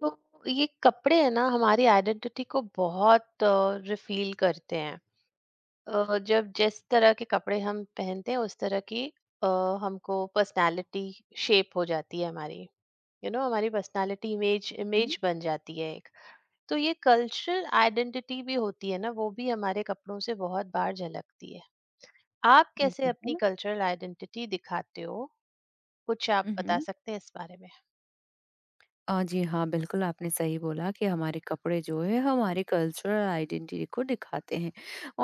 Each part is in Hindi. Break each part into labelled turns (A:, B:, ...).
A: तो ये कपड़े है ना, हमारी आइडेंटिटी को बहुत रिफील करते हैं. जब जिस तरह के कपड़े हम पहनते हैं उस तरह की अ, हमको पर्सनालिटी शेप हो जाती है हमारी. हमारी पर्सनालिटी इमेज
B: हुँ।
A: इमेज बन जाती है एक. तो ये कल्चरल आइडेंटिटी भी होती है ना, वो भी हमारे कपड़ों से बहुत बार झलकती है. आप कैसे
B: जी
A: अपनी
B: हाँ।
A: कल्चरल आइडेंटिटी दिखाते हो? कुछ आप बता
B: उहुँ।
A: सकते हैं इस बारे में?
B: जी हाँ, बिल्कुल आपने सही बोला कि हमारे कपड़े जो है हमारे कल्चरल आइडेंटिटी को दिखाते हैं।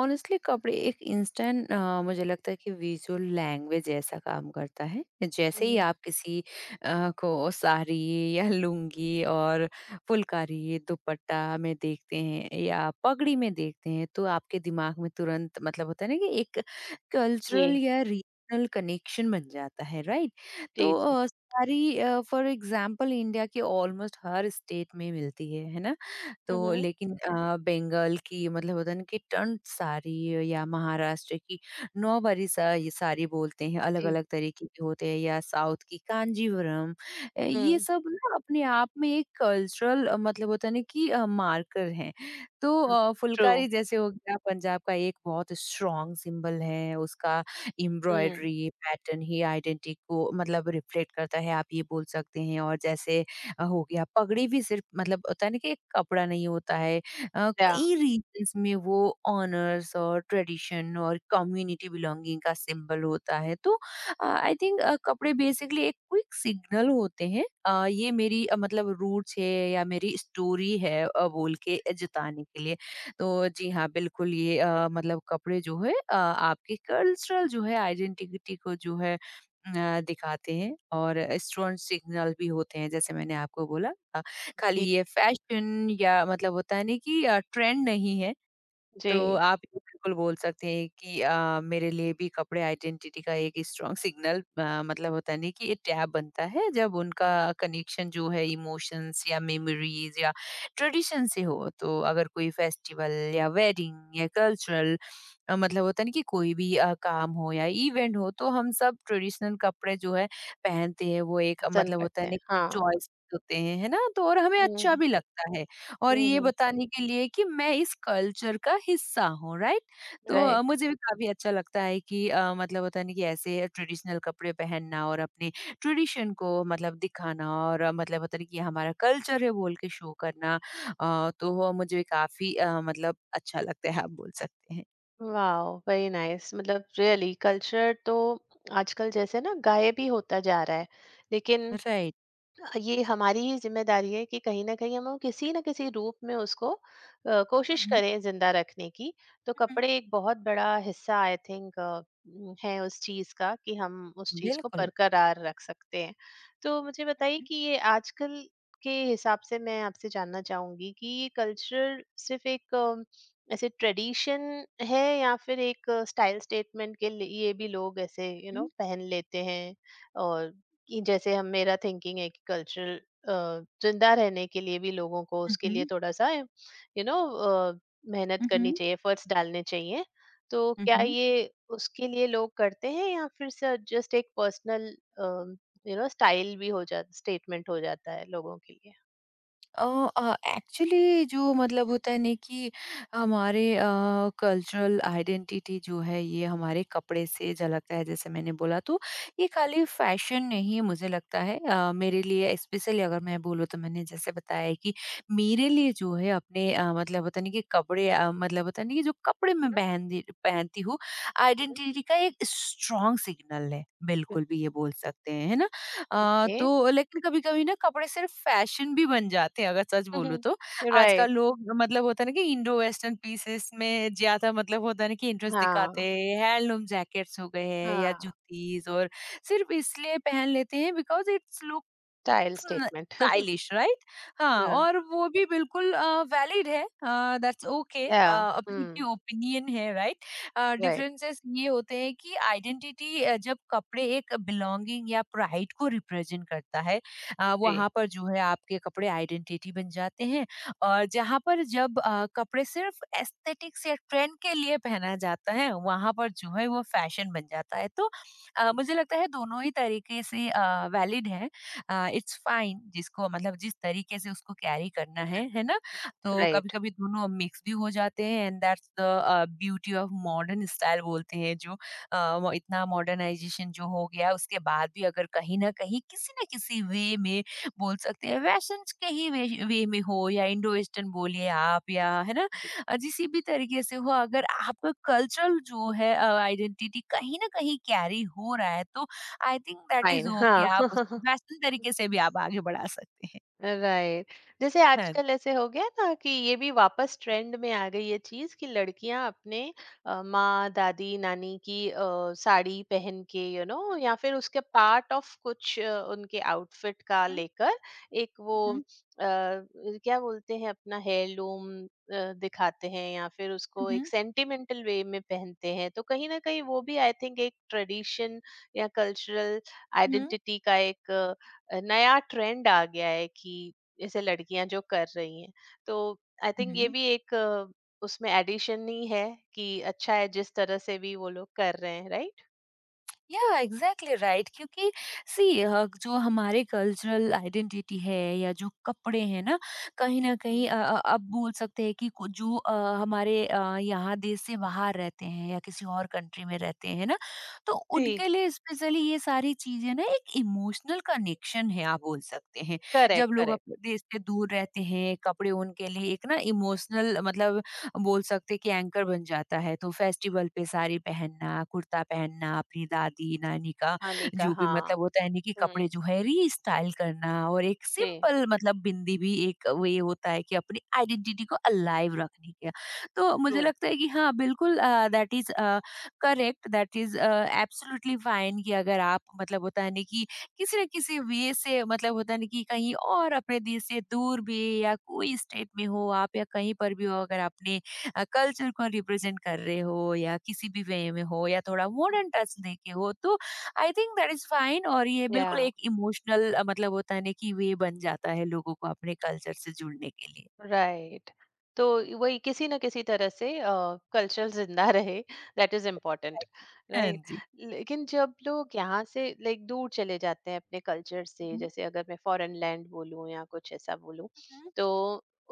B: ऑनेस्टली कपड़े एक इंस्टेंट मुझे लगता है कि विजुअल लैंग्वेज जैसा काम करता है। जैसे ही
A: हम्म,
B: आप किसी को साड़ी या लुंगी और फुलकारी, दुपट्टा में देखते हैं या पगड़ी में देखते हैं तो आपके दिमाग में तुरंत मतलब होता है ना कि एक कल्चरल
A: जी.
B: या रीजनल कनेक्शन बन जाता है, राइट?
A: जी
B: तो
A: जी.
B: सारी फॉर एग्जांपल इंडिया के ऑलमोस्ट हर स्टेट में मिलती है ना? तो
A: हम्म.
B: लेकिन बंगाल की मतलब होता है ना कि टन सारी या महाराष्ट्र की नौवारी सा ये सारी बोलते हैं,
A: जी.
B: अलग-अलग तरीके के होते हैं या साउथ की कांजीवरम ये
A: हम्म.
B: सब ना अपने आप में एक कल्चरल मतलब होता है ना कि मार्कर हैं। तो
A: हुँ, ट्रू.
B: फुलकारी जैसे हो गया पंजाब का एक बहुत स्ट्रॉन्ग सिंबल है, उसका
A: हुँ.
B: एम्ब्रॉयडरी पैटर्न ही आइडेंटिटी को मतलब रिफ्लेक्ट करता है, आप ये बोल सकते हैं। और जैसे हो गया पगड़ी भी सिर्फ मतलब होता है ना कि एक कपड़ा नहीं होता है,
A: या.
B: कई रीजन्स में वो ऑनर्स और ट्रेडिशन और कम्युनिटी बिलोंगिंग का सिंबल होता है। तो आई थिंक कपड़े बेसिकली एक क्विक सिग्नल होते हैं, ये मेरी मतलब रूट्स है या मेरी स्टोरी है, बोल के जताने के लिए। तो जी हाँ, बिल्कुल ये मतलब कपड़े जो है आपके कल्चरल जो है आइडेंटिटी को जो है दिखाते हैं, और स्ट्रॉन्ग सिग्नल भी होते हैं जैसे मैंने आपको बोला, खाली
A: जी,
B: ये फैशन या मतलब होता है ना कि ट्रेंड नहीं है। तो
A: जी,
B: आप ये बिल्कुल बोल सकते हैं कि मेरे लिए भी कपड़े आइडेंटिटी का एक स्ट्रॉन्ग सिग्नल मतलब होता नहीं कि ये टैब बनता है जब उनका कनेक्शन जो है इमोशंस या मेमोरीज या ट्रेडिशन से हो। तो अगर कोई फेस्टिवल या वेडिंग या कल्चरल मतलब होता नहीं कि कोई भी काम हो या इवेंट हो तो हम सब ट्रेडिशनल कपड़े जो है पहनते हैं, वो एक
A: पसंद
B: मतलब होता है
A: करते
B: ना
A: हैं, हाँ.
B: चॉइस होते हैं, है ना। तो और हमें अच्छा
A: हुँ.
B: भी लगता है, और
A: हुँ.
B: ये
A: हुँ.
B: बताने के लिए कि मैं इस कल्चर का हिस्सा हूँ, राइट? तो
A: राइट.
B: मुझे भी काफ़ी अच्छा लगता है कि मतलब होता है ना कि ऐसे ट्रेडिशनल कपड़े पहनना और अपने ट्रेडिशन को मतलब दिखाना, और मतलब होता है कि ये हमारा कल्चर है बोल के शो करना। तो वो मुझे काफ़ी मतलब अच्छा लगता है, आप बोल सकते हैं।
A: Wow, very nice. मतलब रियली कल्चर तो आजकल जैसे ना गायब ही होता जा रहा है, लेकिन
B: राइट।
A: ये हमारी ही जिम्मेदारी है कि कहीं न कहीं हम किसी न किसी रूप में उसको
B: हुँ,
A: कोशिश
B: हुँ,
A: करें ज़िंदा रखने की. तो
B: हुँ, हुँ।
A: कपड़े एक बहुत बड़ा हिस्सा आई थिंक है उस चीज़ का कि हम उस चीज़ को
B: बिल्कुल।
A: बरकरार रख सकते हैं. तो मुझे बताइए
B: हुँ,
A: कि ये आजकल के हिसाब से मैं आपसे जानना चाहूँगी कि ये कल्चर सिर्फ़ एक ऐसे ट्रेडिशन है या फिर एक स्टाइल स्टेटमेंट के लिए भी लोग ऐसे you you know
B: hmm,
A: know, पहन लेते हैं. और कि जैसे हम मेरा थिंकिंग है कि कल्चरल जिंदा रहने के लिए भी लोगों को उसके लिए
B: हुँ,
A: थोड़ा सा मेहनत
B: हुँ,
A: करनी
B: हुँ,
A: चाहिए, एफर्ट्स डालने चाहिए. तो
B: हुँ,
A: क्या
B: हुँ।
A: ये उसके लिए लोग करते हैं या फिर सर जस्ट एक पर्सनल स्टाइल भी हो जाता, स्टेटमेंट हो जाता है लोगों के लिए?
B: एक्चुअली जो मतलब होता है ना कि हमारे कल्चरल आइडेंटिटी जो है, ये हमारे कपड़े से झलकता है, जैसे मैंने बोला। तो ये खाली फैशन नहीं है, मुझे लगता है। मेरे लिए स्पेशली अगर मैं बोलूँ तो, मैंने जैसे बताया है कि मेरे लिए जो है अपने मतलब होता नहीं कि कपड़े मतलब होता नहीं कि जो कपड़े मैं पहनती पहनती हूँ आइडेंटिटी का एक स्ट्रॉन्ग सिग्नल है, बिल्कुल भी ये बोल सकते हैं, है ना।
A: ओके.
B: तो लेकिन कभी-कभी ना कपड़े सिर्फ फैशन भी बन जाते हैं, अगर सच बोलूँ तो।
A: राइट.
B: आजकल लोग मतलब होता है ना कि इंडो वेस्टर्न पीसेस में ज़्यादा मतलब होता है ना कि इंटरेस्ट दिखाते
A: हाँ,
B: हैं। हैंडलूम जैकेट्स हो गए हैं या
A: हाँ,
B: जूतीज़, और सिर्फ इसलिए पहन लेते हैं बिकॉज़ इट्स लुक
A: स्टाइल
B: स्न
A: स्टेटमेंट.
B: Stylish, right? हाँ, और वो भी बिल्कुल वैलिड है, दैट्स ओके,
A: या.
B: अपनी-अपनी
A: हम्म.
B: ओपिनियन है, राइट?
A: राइट.
B: डिफरेंसेस ये होते हैं कि आइडेंटिटी, जब कपड़े एक बिलॉन्गिंग या प्राइड को रिप्रेजेंट करता है,
A: जी.
B: वहाँ पर जो है आपके कपड़े आइडेंटिटी बन जाते हैं। और जहाँ पर जब कपड़े सिर्फ एस्थेटिक्स या ट्रेंड के लिए पहना जाता है, वहाँ पर जो है वो फैशन बन जाता है। तो मुझे लगता है दोनों ही तरीके से वैलिड है। इट्स फाइन, जिसको मतलब जिस तरीके से उसको कैरी करना है ना। तो कभी
A: राइट.
B: कभी दोनों मिक्स भी हो जाते हैं, and that's the beauty of modern style बोलते हैं जो। वो इतना मॉडर्नाइजेशन जो हो गया, उसके बाद भी अगर कहीं ना कहीं किसी ना किसी वे में बोल सकते हैं वैशन के ही वे में हो या इंडो वेस्टर्न बोलिए आप, या है ना। किसी भी तरीके से हो, अगर आपका कल्चरल जो है आइडेंटिटी कहीं ना कहीं कैरी हो रहा है, तो I think that is
A: fine,
B: okay,
A: हाँ.
B: आप उस वेस्टर्न तरीके से भी आप आगे बढ़ा सकते हैं।
A: राइट. जैसे
B: हाँ।
A: आजकल ऐसे हो गया ना कि ये भी वापस ट्रेंड में आ गई ये चीज कि लड़कियां अपने माँ दादी नानी की साड़ी पहन के या फिर उसके पार्ट ऑफ कुछ, उनके आउटफिट का
B: हुँ,
A: लेकर एक
B: हुँ,
A: वो,
B: हुँ,
A: क्या बोलते हैं, अपना हेयरलूम दिखाते हैं या फिर उसको
B: हुँ,
A: एक सेंटिमेंटल वे में पहनते हैं. तो कहीं ना कहीं वो भी आई थिंक एक ट्रेडिशन या कल्चरल
B: हुँ,
A: आइडेंटिटी का एक नया ट्रेंड आ गया है कि जैसे लड़कियां जो कर रही हैं. तो आई
B: हुँ,
A: थिंक ये
B: हुँ।
A: भी एक उसमें एडिशन ही है कि अच्छा है जिस तरह से भी वो लोग कर रहे हैं. राइट.
B: या एग्जैक्टली राइट, क्योंकि सी जो हमारे कल्चरल आइडेंटिटी है या जो कपड़े हैं ना, कहीं ना कहीं अब बोल सकते हैं कि जो हमारे यहाँ देश से बाहर रहते हैं या किसी और कंट्री में रहते हैं ना, तो
A: जी.
B: उनके लिए स्पेशली ये सारी चीजें ना एक इमोशनल कनेक्शन है, आप बोल सकते हैं। जब
A: करेक्ट,
B: लोग
A: करेक्ट.
B: अपने देश से दूर रहते हैं, कपड़े उनके लिए एक ना इमोशनल मतलब बोल सकते हैं कि एंकर बन जाता है। तो फेस्टिवल पे साड़ी पहनना, कुर्ता पहनना, अपनी दादी-नानी का
A: हानि का
B: जो भी
A: हाँ.
B: मतलब होता है ना कि कपड़े
A: हम्म.
B: जो है रीस्टाइल करना, और एक
A: जी.
B: सिंपल मतलब बिंदी भी एक वे होता है कि अपनी आइडेंटिटी को अलाइव रखने का। तो
A: ट्रू.
B: मुझे लगता है कि हाँ, बिल्कुल that is correct, that is absolutely fine, कि अगर आप मतलब होता है ना कि किसी न किसी वे से मतलब होता है ना कि कहीं और अपने देश से दूर भी या कोई स्टेट में हो आप या कहीं पर भी हो, अगर आपने कल्चर को रिप्रेजेंट कर रहे हो या किसी भी वे में हो या थोड़ा मॉडर्न टच दे के हो, तो I think that is fine. और ये
A: या.
B: बिल्कुल एक इमोशनल मतलब होता है ना कि वे बन जाता है लोगों को अपने कल्चर से जुड़ने के लिए।
A: राइट. तो वही किसी ना किसी तरह से कल्चर जिंदा रहे. That is important.
B: Exactly.
A: Right.
B: हाँ
A: लेकिन जब लोग यहाँ से लाइक दूर चले जाते हैं अपने कल्चर से, जैसे अगर मैं फॉरेन लैंड बोलूँ या कुछ ऐसा बोलूँ,
B: जी।
A: तो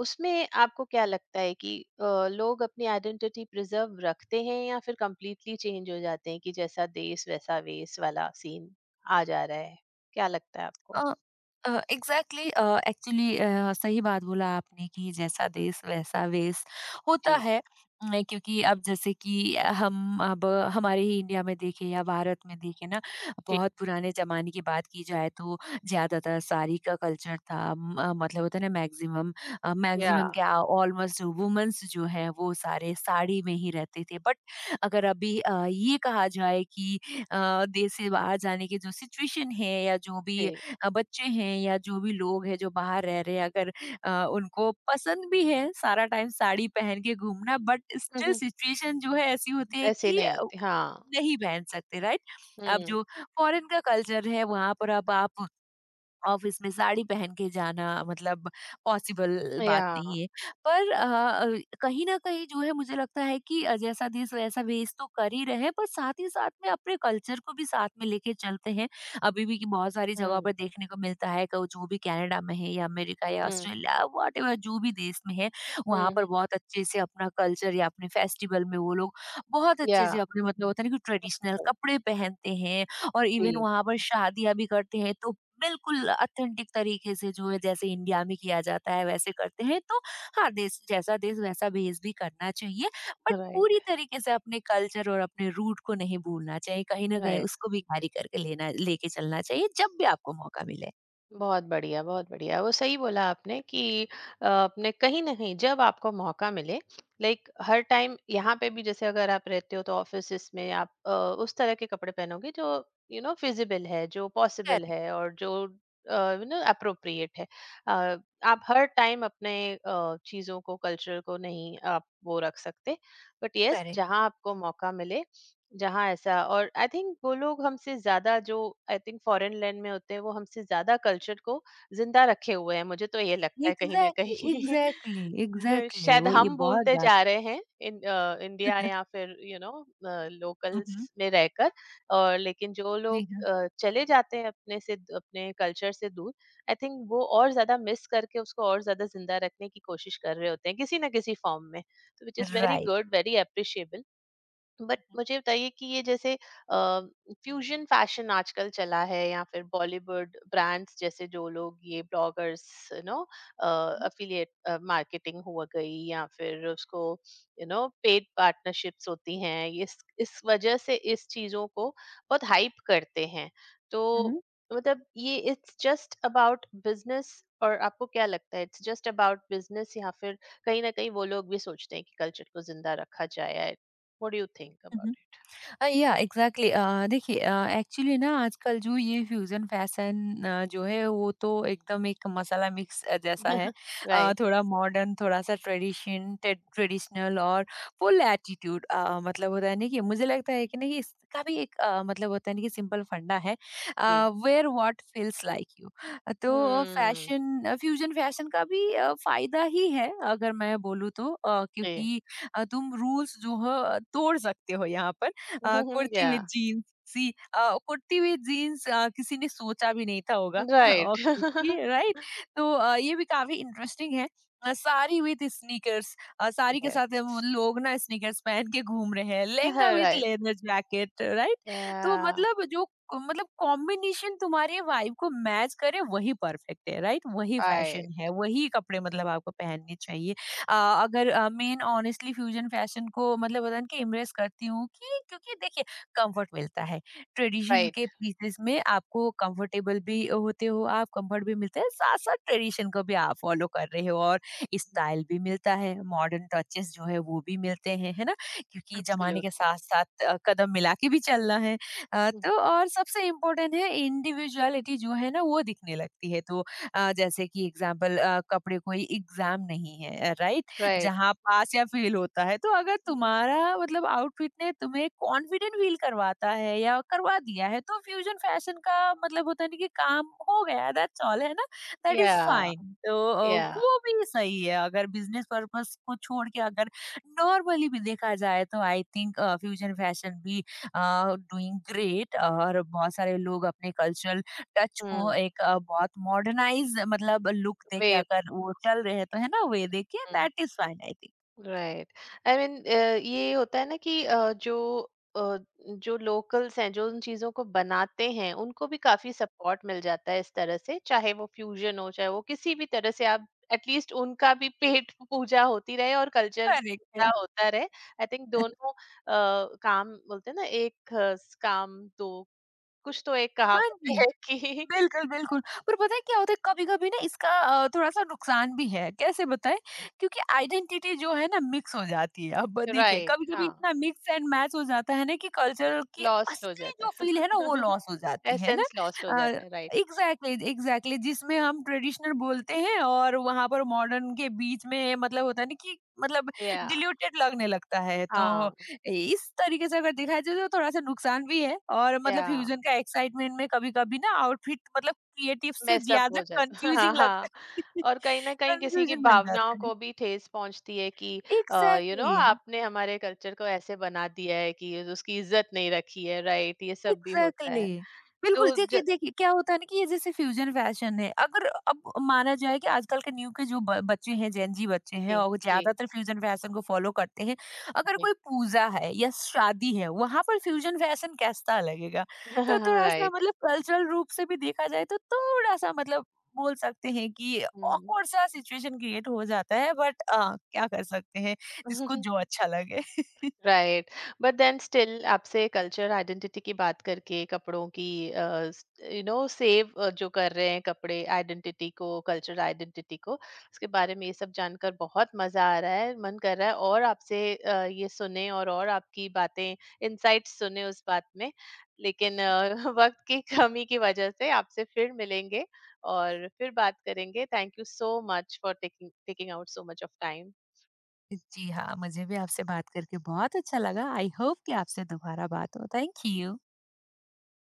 A: उसमें आपको क्या लगता है कि लोग अपनी आइडेंटिटी प्रिजर्व रखते हैं या फिर कंप्लीटली चेंज हो जाते हैं कि जैसा देश वैसा वेश वाला सीन आ जा रहा है? क्या लगता है
B: अ
A: आपको?
B: एग्ज़ैक्टली, एक्चुअली, सही बात बोला आपने कि जैसा
A: हम्म,
B: देश वैसा वेश होता
A: जी.
B: है। क्योंकि अब जैसे कि हम अब हमारे ही इंडिया में देखें या भारत में देखें ना,
A: जी.
B: बहुत पुराने ज़माने की बात की जाए तो ज़्यादातर साड़ी का कल्चर था। मतलब होता है ना मैक्सिमम, अ,
A: या.
B: मैक्सिमम क्या, ऑलमोस्ट वुमेन्स जो हैं वो सारे साड़ी में ही रहते थे। बट अगर अभी ये कहा जाए कि अ, देश से बाहर जाने की जो सिचुएशन है या जो भी बच्चे हैं या जो भी लोग हैं जो बाहर रह रहे हैं, अगर उनको पसंद भी है सारा टाइम साड़ी पहन के घूमना, बट स्टिल
A: जी.
B: सिचुएशन जो है ऐसी होती है
A: ऐसे
B: कि
A: नहीं होती. हाँ.
B: नहीं पहन सकते, राइट। अब
A: हुँ.
B: जो फॉरेन का कल्चर है वहां पर अब आप ऑफिस में साड़ी पहन के जाना मतलब पॉसिबल बात
A: या.
B: नहीं है। पर कहीं न कहीं जो है मुझे लगता है कि जैसा देश वैसा भेष तो कर ही रहे हैं, पर साथ ही साथ में अपने कल्चर को भी साथ में लेके चलते हैं। अभी भी कि बहुत सारी जगहों पर
A: हुँ.
B: देखने को मिलता है, क जो भी कनाडा में है या अमेरिका या
A: हुँ.
B: ऑस्ट्रेलिया व्हाटएवर जो भी देश में है, वहाँ
A: हुँ.
B: पर
A: हुँ.
B: बहुत अच्छे से अपना कल्चर या अपने फेस्टिवल में वो लोग बहुत
A: या.
B: अच्छे से अपने मतलब होता है ना कि ट्रेडिशनल कपड़े पहनते हैं। और इवन
A: जी,
B: वहाँ पर शादियाँ भी करते हैं, तो बिल्कुल ऑथेंटिक तरीके से जो है, जैसे इंडिया में किया जाता है वैसे करते हैं। तो हाँ, देश जैसा देश वैसा भेस भी करना चाहिए, बट
A: राइट,
B: पूरी तरीके से अपने कल्चर और अपने रूट को नहीं भूलना चाहिए, कहीं ना कहीं
A: राइट.
B: उसको भी कैरी करके लेना लेके चलना चाहिए जब भी आपको मौका मिले।
A: बहुत बढ़िया, बहुत बढ़िया. वो सही बोला आपने कि आपने कहीं न कहीं जब आपको मौका मिले. लाइक हर टाइम यहाँ पे भी जैसे अगर आप रहते हो तो ऑफ़िसेज़ में आप उस तरह के कपड़े पहनोगे जो फ़िज़िबल है, जो पॉसिबल
B: करेक्ट,
A: है और जो एप्रोप्रिएट है. अ, आप हर टाइम अपने चीज़ों को, कल्चर को नहीं आप वो रख सकते. But yes,
B: correct.
A: जहाँ आपको मौका मिले, जहाँ ऐसा. और आई थिंक वो लोग हमसे ज्यादा जो आई थिंक फॉरेन लैंड में होते हैं वो हमसे ज्यादा कल्चर को जिंदा रखे हुए हैं, मुझे तो ये लगता है कहीं ना
B: एग्जैक्टली,
A: कहीं.
B: एग्जैक्टली, एग्जैक्टली,
A: शायद
B: वो ये
A: हम
B: बहुत
A: बोलते
B: बात
A: जा रहे हैं इन इंडिया
B: है।
A: या फिर
B: हम्म,
A: लोकल्स में रहकर. और लेकिन जो
B: जी
A: लोग
B: हाँ।
A: चले जाते हैं अपने से अपने कल्चर से दूर, आई थिंक वो और ज्यादा मिस करके उसको और ज्यादा जिंदा रखने की कोशिश कर रहे होते हैं किसी ना किसी फॉर्म में. तो which is very
B: right.
A: Good, very appreciable. But
B: hmm.
A: मुझे बताइए कि ये जैसे फ्यूजन फैशन आजकल चला है या फिर बॉलीवुड ब्रांड्स जैसे जो लोग ये ब्लॉगर्स नो अफिलिएट मार्केटिंग हो गई या फिर उसको पेड पार्टनरशिप्स होती हैं, ये इस वजह से इस चीजों को बहुत हाइप करते हैं. तो
B: हम्म,
A: मतलब ये इट्स जस्ट अबाउट बिजनेस, और आपको क्या लगता है इट्स जस्ट अबाउट बिजनेस या फिर कहीं ना कहीं वो लोग भी सोचते हैं कि कल्चर को जिंदा रखा जाए? What do you think about
B: हम्म। या एग्जैक्टली, देखिए, एक्चुअली ना आजकल जो ये फ्यूजन फैशन जो है वो तो एकदम एक मसाला मिक्स जैसा
A: it?
B: है।
A: Right.
B: थोड़ा मॉडर्न, थोड़ा सा ट्रेडिशनल और फुल एटीट्यूड। मतलब होता है ना कि मुझे लगता है कि ना कि इसका भी एक मतलब होता है ना कि सिंपल फंडा है,
A: Tea.
B: Where what feels like you. तो
A: Mm.
B: फैशन फ्यूजन फैशन का भी फायदा ही है अगर मैं बोलूँ तो,
A: Tea.
B: क्योंकि तुम रूल्स जो है तोड़ सकते हो यहाँ पर। Kurti with
A: Yeah.
B: Jeans, kurti with jeans किसी ने सोचा भी नहीं था होगा
A: Right.
B: और क्योंकि, राइट। तो ये भी काफ़ी इंटरेस्टिंग है। साड़ी विद स्नीकर्स, साड़ी के साथ वो
A: Yes.
B: लोग ना स्नीकर्स पहन के घूम रहे हैं। Lehenga with
A: Right.
B: Leather jacket, right. तो
A: Yeah.
B: मतलब जो मतलब कॉम्बिनेशन तुम्हारे वाइब को मैच करे वही परफेक्ट है, राइट? वही
A: Right.
B: फैशन है, वही कपड़े मतलब आपको पहनने चाहिए। अ, अगर मेन ऑनेस्टली फ्यूजन फैशन को मतलब होता है ना कि इम्प्रेस करती हूँ कि, क्योंकि देखिए कंफर्ट मिलता है, ट्रेडिशन
A: Right.
B: के पीसेस में आपको कंफर्टेबल भी होते हो, आप कंफर्ट भी मिलते हैं, साथ साथ ट्रेडिशन को भी आप फॉलो कर रहे हो, और स्टाइल भी मिलता है, मॉडर्न टचेस जो है वो भी मिलते हैं है ना, क्योंकि जमाने के
A: Absolutely.
B: साथ साथ कदम मिला के भी चलना है।
A: Mm.
B: तो और सबसे इम्पोर्टेंट है इंडिविजुअलिटी जो है ना वो दिखने लगती है। तो जैसे कि एग्जाम्पल, कपड़े कोई एग्जाम नहीं है, राइट?
A: Right.
B: जहाँ पास या फेल होता है। तो अगर
A: Mm.
B: तुम्हारा मतलब आउटफिट ने तुम्हें कॉन्फिडेंट फील करवाता है या करवा दिया है, तो फ्यूजन फैशन का मतलब होता है ना कि काम हो गया, दैट्स ऑल, है ना? That is
A: Yeah.
B: फाइन। तो
A: Yeah.
B: वो भी सही है, अगर बिज़नेस पर्पज़ को छोड़ के अगर नॉर्मली भी देखा जाए तो आई थिंक फ्यूजन फैशन भी अ, डूइंग ग्रेट, और बहुत सारे लोग अपने कल्चरल टच को
A: Mm.
B: एक बहुत मॉडर्नाइज़ मतलब लुक देके
A: Way.
B: अगर वो चल रहे हैं तो, है ना, वे देखिए
A: Mm.
B: That is fine I think.
A: Right. I mean ये होता है ना कि जो लोकल्स हैं जो उन चीजों को बनाते हैं उनको भी काफी सपोर्ट मिल जाता है इस तरह से, चाहे वो फ्यूजन हो, चाहे वो किसी भी तरह से आप एटलीस्ट उनका भी पेट पूजा होती रहे और कल्चर
B: करेक्ट है।
A: पूरा होता रहे. आई थिंक दोनों काम. बोलते हैं ना एक काम दो कुछ तो एक
B: हाँ
A: कहावत
B: जी।
A: है कि.
B: बिल्कुल, बिल्कुल। पर पता है क्या होता है, कभी-कभी ना इसका थोड़ा-सा नुकसान भी है। कैसे बताएँ? क्योंकि आइडेंटिटी जो है ना मिक्स हो जाती है। अब देखिए
A: राइट.
B: कभी-कभी
A: हाँ,
B: इतना मिक्स एंड मैच हो जाता है ना कि कल्चर की
A: लॉस्ट हो
B: असली
A: जाता
B: जो
A: है.
B: फ़ील है ना वो लॉस हो जाती है ना।
A: एसेंस लॉस्ट हो
B: अ,
A: जाता है. राइट.
B: एग्ज़ैक्टली, एग्ज़ैक्टली, जिसमें हम ट्रेडिशनल बोलते हैं और वहाँ पर मॉडर्न के बीच में मतलब होता है ना कि मतलब
A: या.
B: डिल्यूटेड लगने लगता है। तो
A: हाँ.
B: इस तरीके से अगर देखा जाए तो थोड़ा-सा नुकसान भी है, और मतलब
A: या
B: फ्यूज़न का एक्साइटमेंट में कभी-कभी ना आउटफिट मतलब क्रिएटिव से
A: मेस अप
B: ज़्यादा
A: हो जाता. हाँ,
B: कन्फ्यूज़िंग लगता
A: हाँ.
B: है।
A: और कहीं ना कहीं किसी की
B: कन्फ्यूज़न बन
A: भावनाओं
B: जाता है।
A: को भी ठेस पहुंचती है कि
B: एग्ज़ैक्टली।
A: आपने हमारे कल्चर को ऐसे बना दिया है कि उसकी इज्जत नहीं रखी है. राइट, ये सब भी
B: एग्जैक्टली
A: होता है.
B: exactly. बिल्कुल,
A: तो
B: देखिए देखिए क्या होता है ना कि ये जैसे फ्यूजन फैशन है, अगर अब माना जाए कि आजकल के न्यू के जो बच्चे हैं, जेनजी बच्चे हैं
A: जी.
B: और वो
A: जी.
B: ज्यादातर फ्यूजन फैशन को फॉलो करते हैं। अगर
A: जी.
B: कोई पूजा है या शादी है, वहां पर फ्यूजन फैशन कैसा लगेगा? तो थोड़ा सा
A: राइट.
B: मतलब कल्चरल रूप से भी देखा जाए तो थोड़ा सा मतलब बोल सकते हैं कि
A: हम्म.
B: ऑकवर्ड सा सिचुएशन क्रिएट हो जाता है, बट क्या कर सकते हैं, जिसको जो अच्छा लगे।
A: राइट. बट देन स्टिल आपसे कल्चर आइडेंटिटी की बात करके कपड़ों की सेव जो कर रहे हैं कपड़े आइडेंटिटी को, कल्चर आइडेंटिटी को, उसके बारे में ये सब जानकर बहुत मजा आ रहा है. मन कर रहा है और आपसे ये सुने, और आपकी बातें, इनसाइट्स सुने उस बात में. लेकिन वक्त की कमी की वजह से आपसे फिर मिलेंगे और फिर बात करेंगे. Thank you so much for taking taking out so much of time.
B: जी हाँ, मुझे भी आपसे बात करके बहुत अच्छा लगा। आई होप कि आपसे दोबारा बात हो। Thank you.